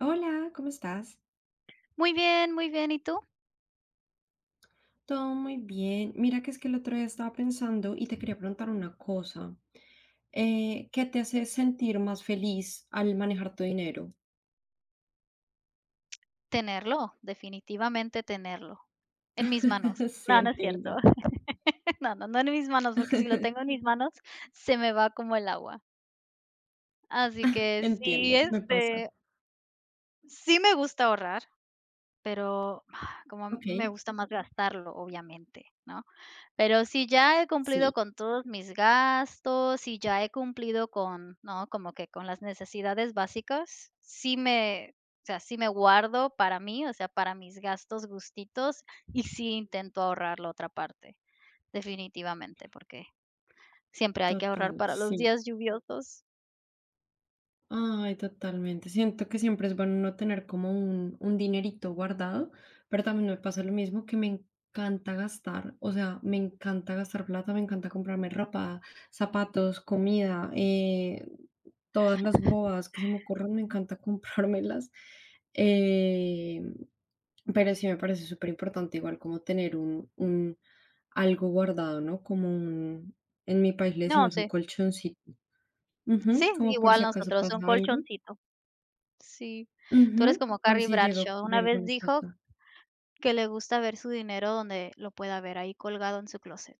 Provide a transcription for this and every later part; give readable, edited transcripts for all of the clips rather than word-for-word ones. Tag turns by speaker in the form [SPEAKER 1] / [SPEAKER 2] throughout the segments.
[SPEAKER 1] Hola, ¿cómo estás?
[SPEAKER 2] Muy bien, ¿y tú?
[SPEAKER 1] Todo muy bien. Mira que es que el otro día estaba pensando y te quería preguntar una cosa. ¿Qué te hace sentir más feliz al manejar tu dinero?
[SPEAKER 2] Tenerlo, definitivamente tenerlo, en mis manos.
[SPEAKER 1] Sí,
[SPEAKER 2] No, no es cierto.
[SPEAKER 1] entiendo,
[SPEAKER 2] No, no, no en mis manos, porque si lo tengo en mis manos, se me va como el agua. Así que sí,
[SPEAKER 1] entiendo, me pasa.
[SPEAKER 2] sí me gusta ahorrar, pero como
[SPEAKER 1] Ok,
[SPEAKER 2] me gusta más gastarlo, obviamente, ¿no? Pero si ya he cumplido
[SPEAKER 1] sí,
[SPEAKER 2] con todos mis gastos, si ya he cumplido con, ¿no? Como que con las necesidades básicas, sí me, o sea, sí me guardo para mí, o sea, para mis gastos gustitos y sí intento ahorrar la otra parte, definitivamente, porque siempre hay que ahorrar
[SPEAKER 1] total,
[SPEAKER 2] para los
[SPEAKER 1] sí.
[SPEAKER 2] días lluviosos.
[SPEAKER 1] Ay, totalmente. Siento que siempre es bueno no tener como un dinerito guardado, pero también me pasa lo mismo que me encanta gastar, o sea, me encanta gastar plata, me encanta comprarme ropa, zapatos, comida, todas las bobadas que se me ocurran, me encanta comprármelas. Eh, pero sí me parece súper importante igual como tener un algo guardado, ¿no? Como en mi país le
[SPEAKER 2] No,
[SPEAKER 1] decimos un
[SPEAKER 2] sí,
[SPEAKER 1] colchoncito. Ujú,
[SPEAKER 2] sí,
[SPEAKER 1] como por
[SPEAKER 2] igual
[SPEAKER 1] si acaso
[SPEAKER 2] nosotros, un
[SPEAKER 1] pasa algo.
[SPEAKER 2] colchoncito. Sí, tú eres
[SPEAKER 1] Ujú,
[SPEAKER 2] como
[SPEAKER 1] por
[SPEAKER 2] Carrie
[SPEAKER 1] si llega a
[SPEAKER 2] Bradshaw, una
[SPEAKER 1] ocurrir
[SPEAKER 2] vez
[SPEAKER 1] alguna
[SPEAKER 2] dijo
[SPEAKER 1] cosa.
[SPEAKER 2] que le gusta ver su dinero donde lo pueda ver, ahí colgado en su closet.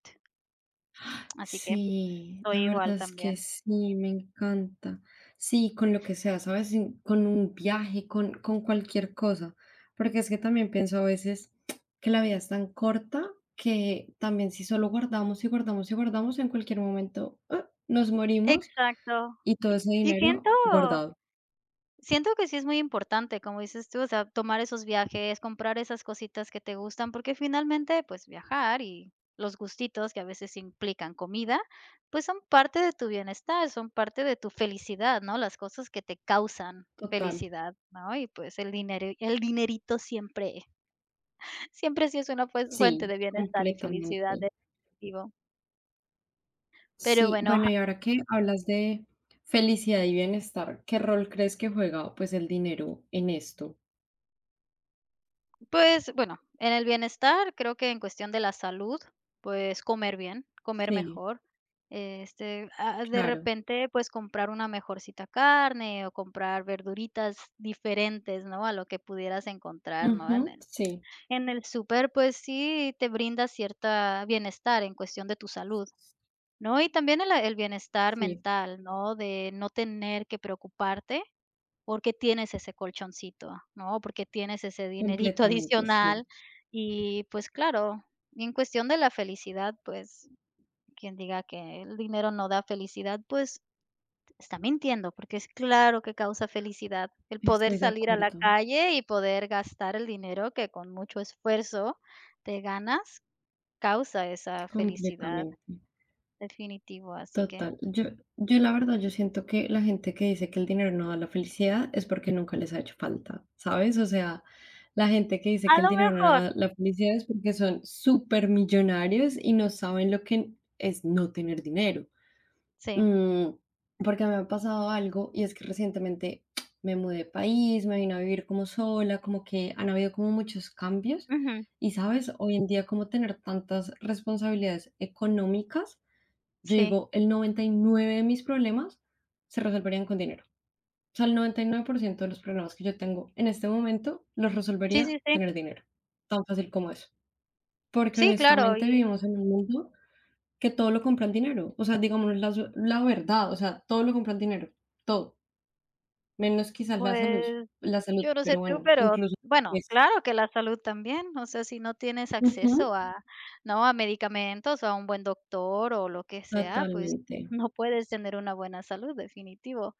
[SPEAKER 2] Así que
[SPEAKER 1] Sí, la
[SPEAKER 2] estoy igual
[SPEAKER 1] verdad es que
[SPEAKER 2] también.
[SPEAKER 1] sí, me encanta. Sí, con lo que sea, ¿sabes? Con un viaje, con cualquier cosa. Porque es que también pienso a veces que la vida es tan corta que también si solo guardamos y guardamos y guardamos, en cualquier momento ¡ah, nos morimos
[SPEAKER 2] Exacto.
[SPEAKER 1] y todo
[SPEAKER 2] Y
[SPEAKER 1] ese
[SPEAKER 2] y
[SPEAKER 1] dinero
[SPEAKER 2] siento
[SPEAKER 1] guardado!
[SPEAKER 2] siento que sí es muy importante, como dices tú, o sea, tomar esos viajes, comprar esas cositas que te gustan, porque finalmente, pues, viajar y los gustitos que a veces implican comida, pues, son parte de tu bienestar, son parte de tu felicidad, ¿no? Las cosas que te causan
[SPEAKER 1] Total.
[SPEAKER 2] felicidad, ¿no? Y, pues, el dinero, el dinerito siempre siempre sí es una, pues, fuente
[SPEAKER 1] Sí,
[SPEAKER 2] de bienestar y felicidad
[SPEAKER 1] completamente.
[SPEAKER 2] de vivo. Pero
[SPEAKER 1] Sí,
[SPEAKER 2] bueno,
[SPEAKER 1] bueno, y ahora que hablas de felicidad y bienestar, ¿qué rol crees que juega pues el dinero en esto?
[SPEAKER 2] pues, bueno, en el bienestar, creo que en cuestión de la salud, pues comer bien, comer
[SPEAKER 1] Sí,
[SPEAKER 2] mejor. De
[SPEAKER 1] claro.
[SPEAKER 2] repente, pues comprar una mejorcita carne o comprar verduritas diferentes, ¿no? A lo que pudieras encontrar, ¿no?
[SPEAKER 1] Ujú, sí,
[SPEAKER 2] En el súper, pues sí te brinda cierta bienestar en cuestión de tu salud, ¿no? Y también el bienestar
[SPEAKER 1] sí,
[SPEAKER 2] mental, ¿no? De no tener que preocuparte porque tienes ese colchoncito, ¿no? Porque tienes ese dinerito
[SPEAKER 1] completamente, sí.
[SPEAKER 2] adicional. Y, pues, claro, y en cuestión de la felicidad, pues, quien diga que el dinero no da felicidad, pues, está mintiendo, porque es claro que causa felicidad el poder
[SPEAKER 1] Estoy de
[SPEAKER 2] salir a la
[SPEAKER 1] acuerdo,
[SPEAKER 2] calle y poder gastar el dinero que con mucho esfuerzo te ganas, causa esa felicidad,
[SPEAKER 1] completamente.
[SPEAKER 2] definitivo, así que
[SPEAKER 1] Total. Yo la verdad, yo siento que la gente que dice que el dinero no da la felicidad es porque nunca les ha hecho falta, ¿sabes? O sea, la gente que dice
[SPEAKER 2] a
[SPEAKER 1] que el
[SPEAKER 2] lo
[SPEAKER 1] dinero no
[SPEAKER 2] mejor,
[SPEAKER 1] da la felicidad es porque son súper millonarios y no saben lo que es no tener dinero.
[SPEAKER 2] sí,
[SPEAKER 1] Mm, porque me ha pasado algo y es que recientemente me mudé de país, me vine a vivir como sola, como que han habido como muchos cambios
[SPEAKER 2] ujú,
[SPEAKER 1] y sabes, hoy en día como tener tantas responsabilidades económicas, yo
[SPEAKER 2] sí,
[SPEAKER 1] digo, el 99 de mis problemas se resolverían con dinero. O sea, el 99% de los problemas que yo tengo en este momento los
[SPEAKER 2] sí,
[SPEAKER 1] resolvería
[SPEAKER 2] sí, sí.
[SPEAKER 1] tener dinero. Tan fácil como eso. Porque
[SPEAKER 2] Sí, claro,
[SPEAKER 1] honestamente
[SPEAKER 2] y
[SPEAKER 1] vivimos en un mundo que todo lo compran dinero. O sea, digamos la verdad, o sea, todo lo compran dinero, todo, menos quizás
[SPEAKER 2] pues
[SPEAKER 1] la salud,
[SPEAKER 2] yo no sé
[SPEAKER 1] pero
[SPEAKER 2] tú,
[SPEAKER 1] bueno,
[SPEAKER 2] pero
[SPEAKER 1] incluso a
[SPEAKER 2] bueno,
[SPEAKER 1] veces.
[SPEAKER 2] claro que la salud también, o sea, si no tienes
[SPEAKER 1] Ujú,
[SPEAKER 2] acceso a, ¿no? A medicamentos, a un buen doctor o lo que sea, pues
[SPEAKER 1] totalmente,
[SPEAKER 2] no puedes tener una buena salud, definitivo.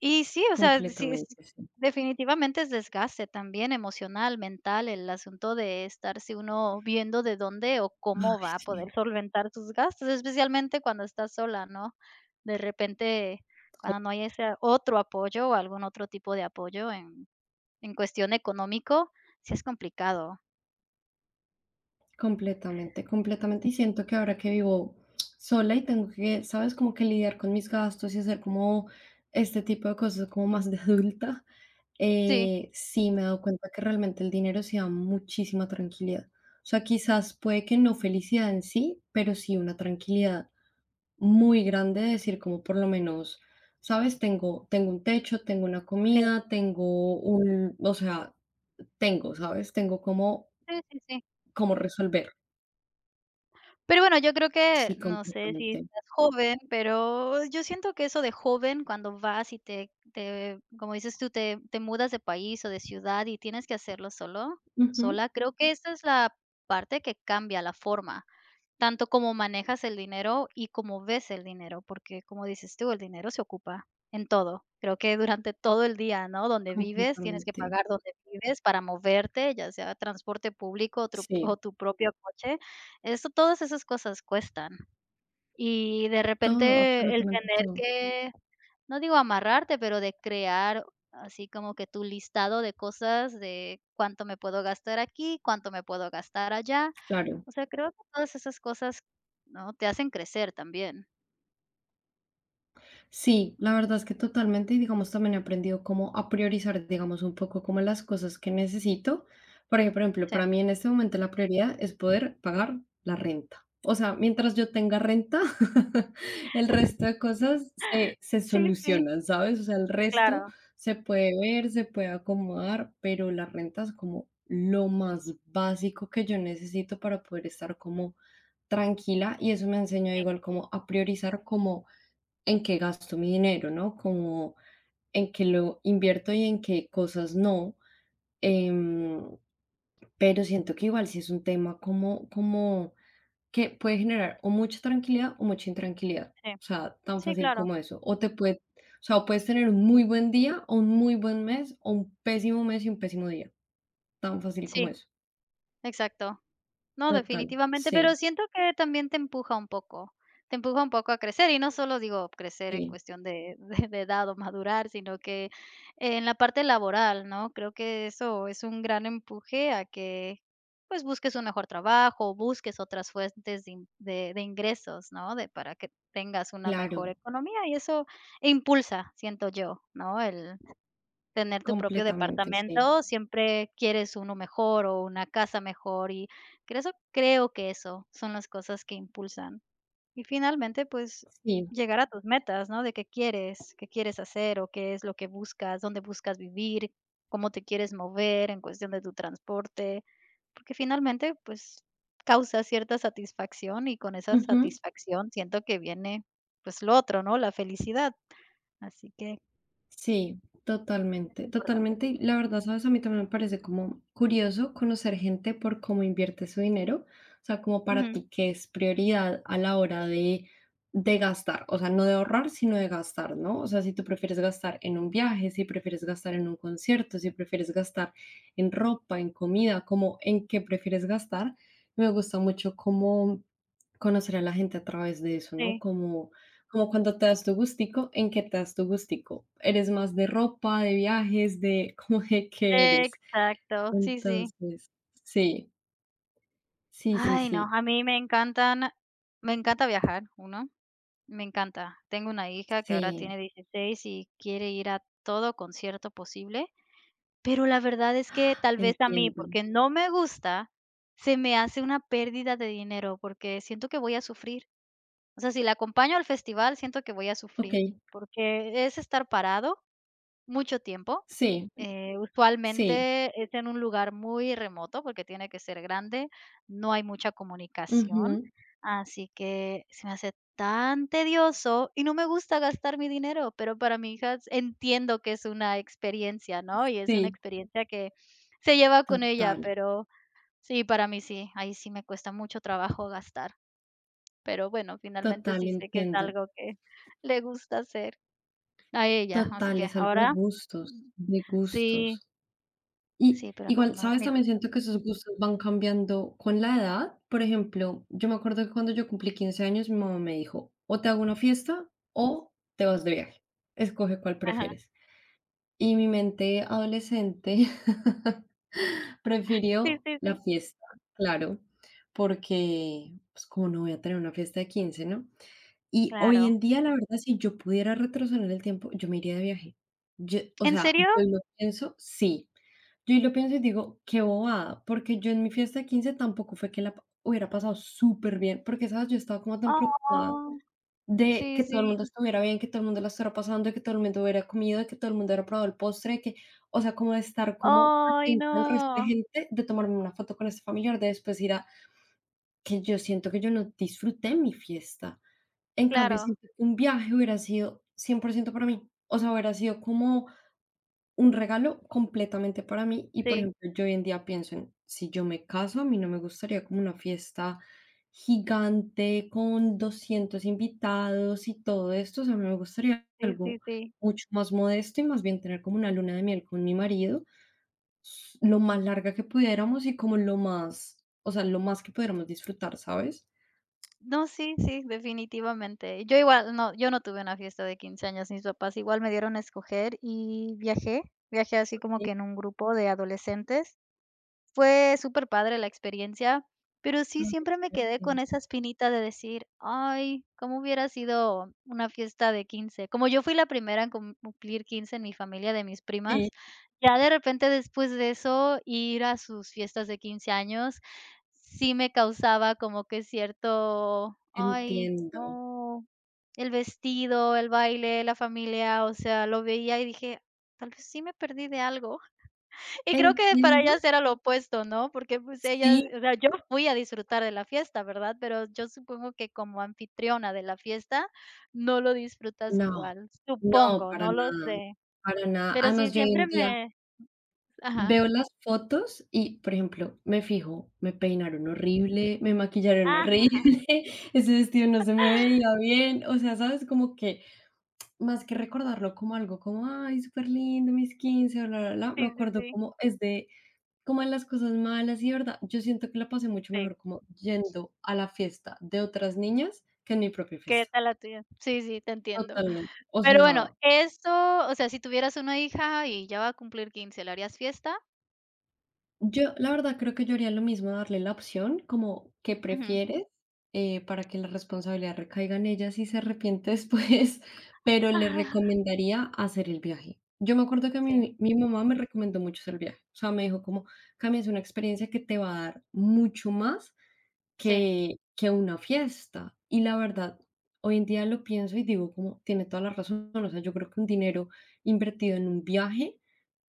[SPEAKER 2] Y sí, o sea, sí,
[SPEAKER 1] completamente, sí.
[SPEAKER 2] definitivamente es desgaste también emocional, mental, el asunto de estarse uno viendo de dónde o cómo
[SPEAKER 1] Ay,
[SPEAKER 2] va a poder
[SPEAKER 1] sí.
[SPEAKER 2] solventar tus gastos, especialmente cuando estás sola, ¿no? De repente, cuando no hay ese otro apoyo o algún otro tipo de apoyo en cuestión económico, sí es complicado.
[SPEAKER 1] Completamente, completamente. Y siento que ahora que vivo sola y tengo que, sabes, como que lidiar con mis gastos y hacer como este tipo de cosas como más de adulta,
[SPEAKER 2] Sí,
[SPEAKER 1] sí me he dado cuenta que realmente el dinero sí da muchísima tranquilidad. O sea, quizás puede que no felicidad en sí, pero sí una tranquilidad muy grande de decir como por lo menos, sabes, tengo un techo, tengo una
[SPEAKER 2] sí.
[SPEAKER 1] comida, tengo un, o sea, tengo, sabes, tengo como,
[SPEAKER 2] Sí, sí, sí.
[SPEAKER 1] como resolver.
[SPEAKER 2] Pero bueno, yo creo que,
[SPEAKER 1] Sí,
[SPEAKER 2] no sé si
[SPEAKER 1] completamente.
[SPEAKER 2] estás joven, pero yo siento que eso de joven, cuando vas y te, como dices tú, te mudas de país o de ciudad y tienes que hacerlo solo,
[SPEAKER 1] Ujú,
[SPEAKER 2] sola, creo que esa es la parte que cambia la forma. Tanto como manejas el dinero y como ves el dinero, porque como dices tú, el dinero se ocupa en todo. Creo que durante todo el día, ¿no? Donde vives, tienes que
[SPEAKER 1] completamente.
[SPEAKER 2] pagar donde vives para moverte, ya sea transporte público
[SPEAKER 1] Sí,
[SPEAKER 2] o tu propio coche. Eso todas esas cosas cuestan. Y de
[SPEAKER 1] todo,
[SPEAKER 2] repente el
[SPEAKER 1] absolutamente
[SPEAKER 2] tener
[SPEAKER 1] todo.
[SPEAKER 2] que no digo amarrarte, pero de crear así como que tu listado de cosas de cuánto me puedo gastar aquí, cuánto me puedo gastar allá.
[SPEAKER 1] Claro.
[SPEAKER 2] O sea, creo que todas esas cosas, ¿no? Te hacen crecer también.
[SPEAKER 1] Sí, la verdad es que totalmente, y digamos, también he aprendido como a priorizar, digamos, un poco como las cosas que necesito. Porque, por ejemplo,
[SPEAKER 2] Sí.
[SPEAKER 1] para mí en este momento la prioridad es poder pagar la renta. O sea, mientras yo tenga renta, el resto de cosas se
[SPEAKER 2] Sí, sí,
[SPEAKER 1] solucionan, ¿sabes? O sea, el resto
[SPEAKER 2] claro.
[SPEAKER 1] se puede ver, se puede acomodar, pero la renta es como lo más básico que yo necesito para poder estar como tranquila y eso me enseñó
[SPEAKER 2] Sí,
[SPEAKER 1] igual como a priorizar como en qué gasto mi dinero, ¿no? Como en qué lo invierto y en qué cosas no. em, pero siento que igual sí es un tema como que puede generar o mucha tranquilidad o mucha intranquilidad.
[SPEAKER 2] sí.
[SPEAKER 1] O sea, tan
[SPEAKER 2] Sí,
[SPEAKER 1] fácil
[SPEAKER 2] claro.
[SPEAKER 1] como eso. O te puede, o sea, o puedes tener un muy buen día o un muy buen mes o un pésimo mes y un pésimo día. Tan fácil como
[SPEAKER 2] Sí,
[SPEAKER 1] eso.
[SPEAKER 2] exacto. No,
[SPEAKER 1] Total.
[SPEAKER 2] definitivamente,
[SPEAKER 1] Sí,
[SPEAKER 2] pero siento que también te empuja un poco, te empuja un poco a crecer, y no solo digo crecer en
[SPEAKER 1] sí,
[SPEAKER 2] cuestión de de edad o madurar, sino que en la parte laboral, ¿no? Creo que eso es un gran empuje a que, pues, busques un mejor trabajo, busques otras fuentes de ingresos, ¿no? De para que tengas una mejor
[SPEAKER 1] claro.
[SPEAKER 2] economía, y eso impulsa, siento yo, ¿no? El tener tu propio
[SPEAKER 1] Completamente, sí.
[SPEAKER 2] departamento, siempre quieres uno mejor o una casa mejor, y creo que eso son las cosas que impulsan. Y finalmente, pues,
[SPEAKER 1] Sí.
[SPEAKER 2] llegar a tus metas, ¿no? De qué quieres hacer o qué es lo que buscas, dónde buscas vivir, cómo te quieres mover en cuestión de tu transporte, porque finalmente, pues, causa cierta satisfacción y con esa
[SPEAKER 1] Ujú.
[SPEAKER 2] satisfacción siento que viene, pues, lo otro, ¿no? La felicidad, así que
[SPEAKER 1] Sí,
[SPEAKER 2] es
[SPEAKER 1] totalmente,
[SPEAKER 2] importante.
[SPEAKER 1] totalmente. Y la verdad, sabes, a mí también me parece como curioso conocer gente por cómo invierte su dinero, o sea, como para
[SPEAKER 2] Ujú,
[SPEAKER 1] ti qué es prioridad a la hora de gastar, o sea, no de ahorrar, sino de gastar, ¿no? O sea, si tú prefieres gastar en un viaje, si prefieres gastar en un concierto, si prefieres gastar en ropa, en comida, como en qué prefieres gastar. Me gusta mucho cómo conocer a la gente a través de eso, ¿no?
[SPEAKER 2] sí.
[SPEAKER 1] Como cuando te das tu gustico, ¿en qué te das tu gustico? ¿Eres más de ropa, de viajes, de cómo de qué eres?
[SPEAKER 2] Exacto, sí, sí.
[SPEAKER 1] Entonces, sí, sí, sí,
[SPEAKER 2] Ay, no,
[SPEAKER 1] sí,
[SPEAKER 2] a mí me encantan me encanta viajar, ¿Uno? Me encanta. Tengo una hija que ahora
[SPEAKER 1] sí,
[SPEAKER 2] tiene 16 y quiere ir a todo concierto posible, pero la verdad es que tal vez a mí,
[SPEAKER 1] entiendo.
[SPEAKER 2] porque no me gusta, se me hace una pérdida de dinero, porque siento que voy a sufrir. O sea, si la acompaño al festival, siento que voy a sufrir,
[SPEAKER 1] Okey,
[SPEAKER 2] porque es estar parado mucho tiempo,
[SPEAKER 1] sí, sí,
[SPEAKER 2] usualmente es en un lugar muy remoto, porque tiene que ser grande, no hay mucha comunicación,
[SPEAKER 1] ujú,
[SPEAKER 2] así que se me hace tan tedioso y no me gusta gastar mi dinero, pero para mi hija entiendo que es una experiencia, ¿no? Y es una
[SPEAKER 1] sí,
[SPEAKER 2] experiencia que se lleva con ella,
[SPEAKER 1] total,
[SPEAKER 2] pero sí, para mí sí, ahí sí me cuesta mucho trabajo gastar, pero bueno, finalmente
[SPEAKER 1] total,
[SPEAKER 2] sí sé que es
[SPEAKER 1] entiendo.
[SPEAKER 2] algo que le gusta hacer a ella, así
[SPEAKER 1] Total,
[SPEAKER 2] que
[SPEAKER 1] es algo de
[SPEAKER 2] ahora
[SPEAKER 1] gustos, de
[SPEAKER 2] sí,
[SPEAKER 1] gustos. Y
[SPEAKER 2] sí, pero no,
[SPEAKER 1] igual,
[SPEAKER 2] no es
[SPEAKER 1] ¿sabes?
[SPEAKER 2] mi
[SPEAKER 1] También
[SPEAKER 2] gusto.
[SPEAKER 1] siento que esos gustos van cambiando con la edad. Por ejemplo, yo me acuerdo que cuando yo cumplí 15 años, mi mamá me dijo, o te hago una fiesta o te vas de viaje. Escoge cuál
[SPEAKER 2] Ajá.
[SPEAKER 1] prefieres. Y mi mente adolescente
[SPEAKER 2] Sí,
[SPEAKER 1] prefirió
[SPEAKER 2] sí,
[SPEAKER 1] la
[SPEAKER 2] sí,
[SPEAKER 1] fiesta, claro, porque, pues, como no voy a tener una fiesta de quince, ¿no? Y hoy
[SPEAKER 2] claro.
[SPEAKER 1] en día, la verdad, si yo pudiera retroceder el tiempo, yo me iría de viaje. Yo, o
[SPEAKER 2] ¿En
[SPEAKER 1] sea, yo
[SPEAKER 2] serio?
[SPEAKER 1] lo pienso, sí. Yo ahí lo pienso y digo, qué bobada, porque yo en mi fiesta de 15 tampoco fue que la pa hubiera pasado súper bien porque, ¿sabes? Yo estaba como tan preocupada
[SPEAKER 2] Oh,
[SPEAKER 1] de
[SPEAKER 2] sí,
[SPEAKER 1] que todo el mundo
[SPEAKER 2] sí.
[SPEAKER 1] estuviera bien, que todo el mundo la estuviera pasando, de que todo el mundo hubiera comido, de que todo el mundo hubiera probado el postre, de que, o sea, como de estar como
[SPEAKER 2] Ay,
[SPEAKER 1] atenta al resto de
[SPEAKER 2] no.
[SPEAKER 1] gente, de tomarme una foto con este familiar, de después ir a que yo siento que yo no disfruté mi fiesta. En cambio,
[SPEAKER 2] Claro,
[SPEAKER 1] siento que un viaje hubiera sido 100% para mí. O sea, hubiera sido como un regalo completamente para mí. Y, por
[SPEAKER 2] sí,
[SPEAKER 1] ejemplo, yo hoy en día pienso en, si yo me caso, a mí no me gustaría como una fiesta gigante con 200 invitados y todo esto. O sea, a mí me gustaría
[SPEAKER 2] sí, sí,
[SPEAKER 1] algo
[SPEAKER 2] sí.
[SPEAKER 1] mucho más modesto y más bien tener como una luna de miel con mi marido, lo más larga que pudiéramos y como lo más, o sea, lo más que pudiéramos disfrutar, ¿sabes?
[SPEAKER 2] No, sí, sí, definitivamente. Yo igual, no, yo no tuve una fiesta de 15 años, mis papás igual me dieron a escoger y viajé, viajé así como
[SPEAKER 1] Sí.
[SPEAKER 2] que en un grupo de adolescentes. Fue súper padre la experiencia, pero
[SPEAKER 1] Ay,
[SPEAKER 2] sí
[SPEAKER 1] qué
[SPEAKER 2] siempre me quedé con
[SPEAKER 1] divertido.
[SPEAKER 2] esa espinita de decir: "Ay, cómo hubiera sido una fiesta de quince". Como yo fui la primera en cumplir 15 en mi familia de mis primas, ya de repente después de eso, ir a sus fiestas de 15 años, sí me causaba como que cierto: "Ay,
[SPEAKER 1] Entiendo,
[SPEAKER 2] no". El vestido, el baile, la familia, o sea, lo veía y dije: "Tal vez sí me perdí de algo". Y creo que para
[SPEAKER 1] entiendo.
[SPEAKER 2] ellas era lo opuesto, ¿no? Porque, pues, ellas
[SPEAKER 1] Sí,
[SPEAKER 2] o sea, yo fui a disfrutar de la fiesta, ¿verdad? Pero yo supongo que como anfitriona de la fiesta no lo disfrutas
[SPEAKER 1] no,
[SPEAKER 2] igual,
[SPEAKER 1] no,
[SPEAKER 2] supongo,
[SPEAKER 1] para
[SPEAKER 2] no lo
[SPEAKER 1] nada,
[SPEAKER 2] sé.
[SPEAKER 1] para nada.
[SPEAKER 2] Pero sí,
[SPEAKER 1] Además, yo hoy
[SPEAKER 2] siempre
[SPEAKER 1] en día
[SPEAKER 2] me, ajá.
[SPEAKER 1] veo las fotos y, por ejemplo, me fijo, me peinaron horrible, me maquillaron
[SPEAKER 2] Ajá, ajá.
[SPEAKER 1] horrible, ese vestido no se me veía bien, o sea, ¿sabes? Como que más que recordarlo como algo como, ay, superlindo, mis 15, bla, bla, bla, me
[SPEAKER 2] Sí, sí,
[SPEAKER 1] acuerdo
[SPEAKER 2] sí.
[SPEAKER 1] como es de, como en las cosas malas y verdad, yo siento que la pasé mucho
[SPEAKER 2] Sí.
[SPEAKER 1] mejor como yendo a la fiesta de otras niñas que en mi propia
[SPEAKER 2] ¿Qué
[SPEAKER 1] fiesta.
[SPEAKER 2] tal la tuya? Sí, sí, te entiendo.
[SPEAKER 1] Totalmente. O
[SPEAKER 2] Pero bueno,
[SPEAKER 1] sea,
[SPEAKER 2] esto, o sea, si tuvieras una hija y ya va a cumplir 15, ¿le harías fiesta?
[SPEAKER 1] yo la verdad creo que yo haría lo mismo, darle la opción como que
[SPEAKER 2] Ujú.
[SPEAKER 1] prefieres. Para que la responsabilidad recaiga en ella si se arrepiente después, pero le
[SPEAKER 2] Ajá.
[SPEAKER 1] recomendaría hacer el viaje. Yo me acuerdo que
[SPEAKER 2] Sí,
[SPEAKER 1] mi mamá me recomendó mucho hacer el viaje. O sea, me dijo como, Cami, es una experiencia que te va a dar mucho más
[SPEAKER 2] sí,
[SPEAKER 1] que una fiesta. Y la verdad, hoy en día lo pienso y digo como, tiene toda la razón, o sea, yo creo que un dinero invertido en un viaje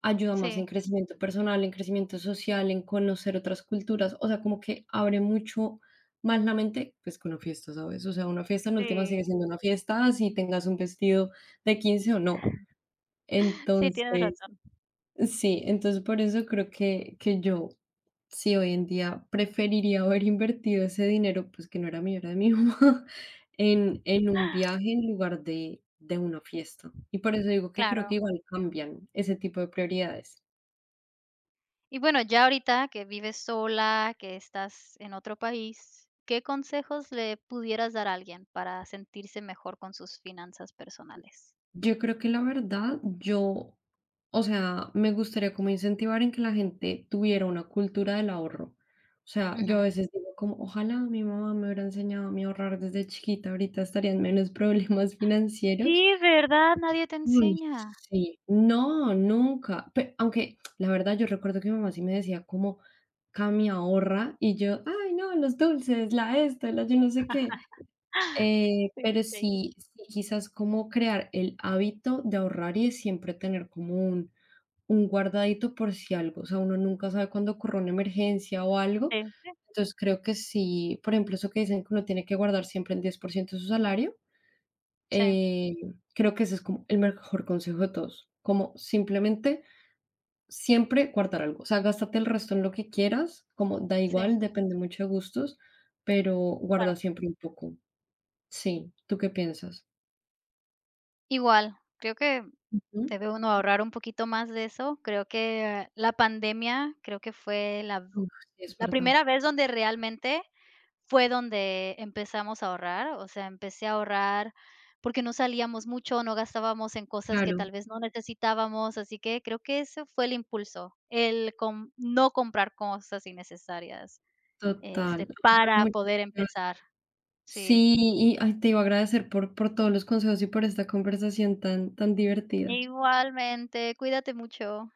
[SPEAKER 1] ayuda más en
[SPEAKER 2] sí.
[SPEAKER 1] crecimiento personal, en crecimiento social, en conocer otras culturas, o sea, como que abre mucho más la mente, pues, que una fiesta, ¿sabes? O sea, una fiesta en última
[SPEAKER 2] Sí.
[SPEAKER 1] sigue siendo una fiesta, así tengas un vestido de 15 o no.
[SPEAKER 2] Sí, tienes
[SPEAKER 1] Entonces.
[SPEAKER 2] razón.
[SPEAKER 1] Sí, entonces por eso creo que yo, sí, hoy en día preferiría haber invertido ese dinero, pues que no era mío, era de mi mamá, en un viaje en lugar de una fiesta. Y por eso digo que
[SPEAKER 2] Claro.
[SPEAKER 1] creo que igual cambian ese tipo de prioridades.
[SPEAKER 2] Y bueno, ya ahorita que vives sola, que estás en otro país, ¿qué consejos le pudieras dar a alguien para sentirse mejor con sus finanzas personales?
[SPEAKER 1] Yo creo que la verdad, yo, o sea, me gustaría como incentivar en que la gente tuviera una cultura del ahorro. O sea, yo
[SPEAKER 2] Ujú.
[SPEAKER 1] a veces digo como, ojalá mi mamá me hubiera enseñado a mí a ahorrar desde chiquita, ahorita estarían menos problemas financieros.
[SPEAKER 2] Sí, ¿verdad? Nadie te
[SPEAKER 1] Uy,
[SPEAKER 2] enseña.
[SPEAKER 1] sí. No, nunca. Pe Aunque la verdad yo recuerdo que mi mamá sí me decía como: "Cami, ahorra", y yo: "Ay, no, los dulces, la esto, la yo no sé qué".
[SPEAKER 2] Sí,
[SPEAKER 1] Pero
[SPEAKER 2] sí, sí,
[SPEAKER 1] sí, sí, quizás como crear el hábito de ahorrar y de siempre tener como un guardadito por si algo, o sea, uno nunca sabe cuándo ocurra una emergencia o algo.
[SPEAKER 2] sí.
[SPEAKER 1] Entonces, creo que sí, por ejemplo, eso que dicen que uno tiene que guardar siempre el 10% de su salario,
[SPEAKER 2] Sí,
[SPEAKER 1] eh, creo que ese es como el mejor consejo de todos, como simplemente siempre guardar algo, o sea, gástate el resto en lo que quieras, como da
[SPEAKER 2] sí,
[SPEAKER 1] igual, depende mucho de gustos, pero guarda
[SPEAKER 2] claro.
[SPEAKER 1] siempre un poco. Sí, ¿tú qué piensas?
[SPEAKER 2] Igual, creo que
[SPEAKER 1] Ujú.
[SPEAKER 2] debe uno ahorrar un poquito más de eso. Creo que la pandemia, creo que fue la
[SPEAKER 1] Uf, sí, es
[SPEAKER 2] La
[SPEAKER 1] verdad.
[SPEAKER 2] primera vez donde realmente fue donde empezamos a ahorrar, o sea, empecé a ahorrar porque no salíamos mucho, no gastábamos en cosas que
[SPEAKER 1] Claro,
[SPEAKER 2] tal vez no necesitábamos, así que creo que ese fue el impulso, el com no comprar cosas innecesarias, este,
[SPEAKER 1] total. Ay, pero
[SPEAKER 2] para
[SPEAKER 1] muchas
[SPEAKER 2] poder
[SPEAKER 1] gracias.
[SPEAKER 2] empezar. Sí.
[SPEAKER 1] Sí, y ay, te iba a agradecer por, todos los consejos y por esta conversación tan, tan divertida.
[SPEAKER 2] Igualmente, cuídate mucho.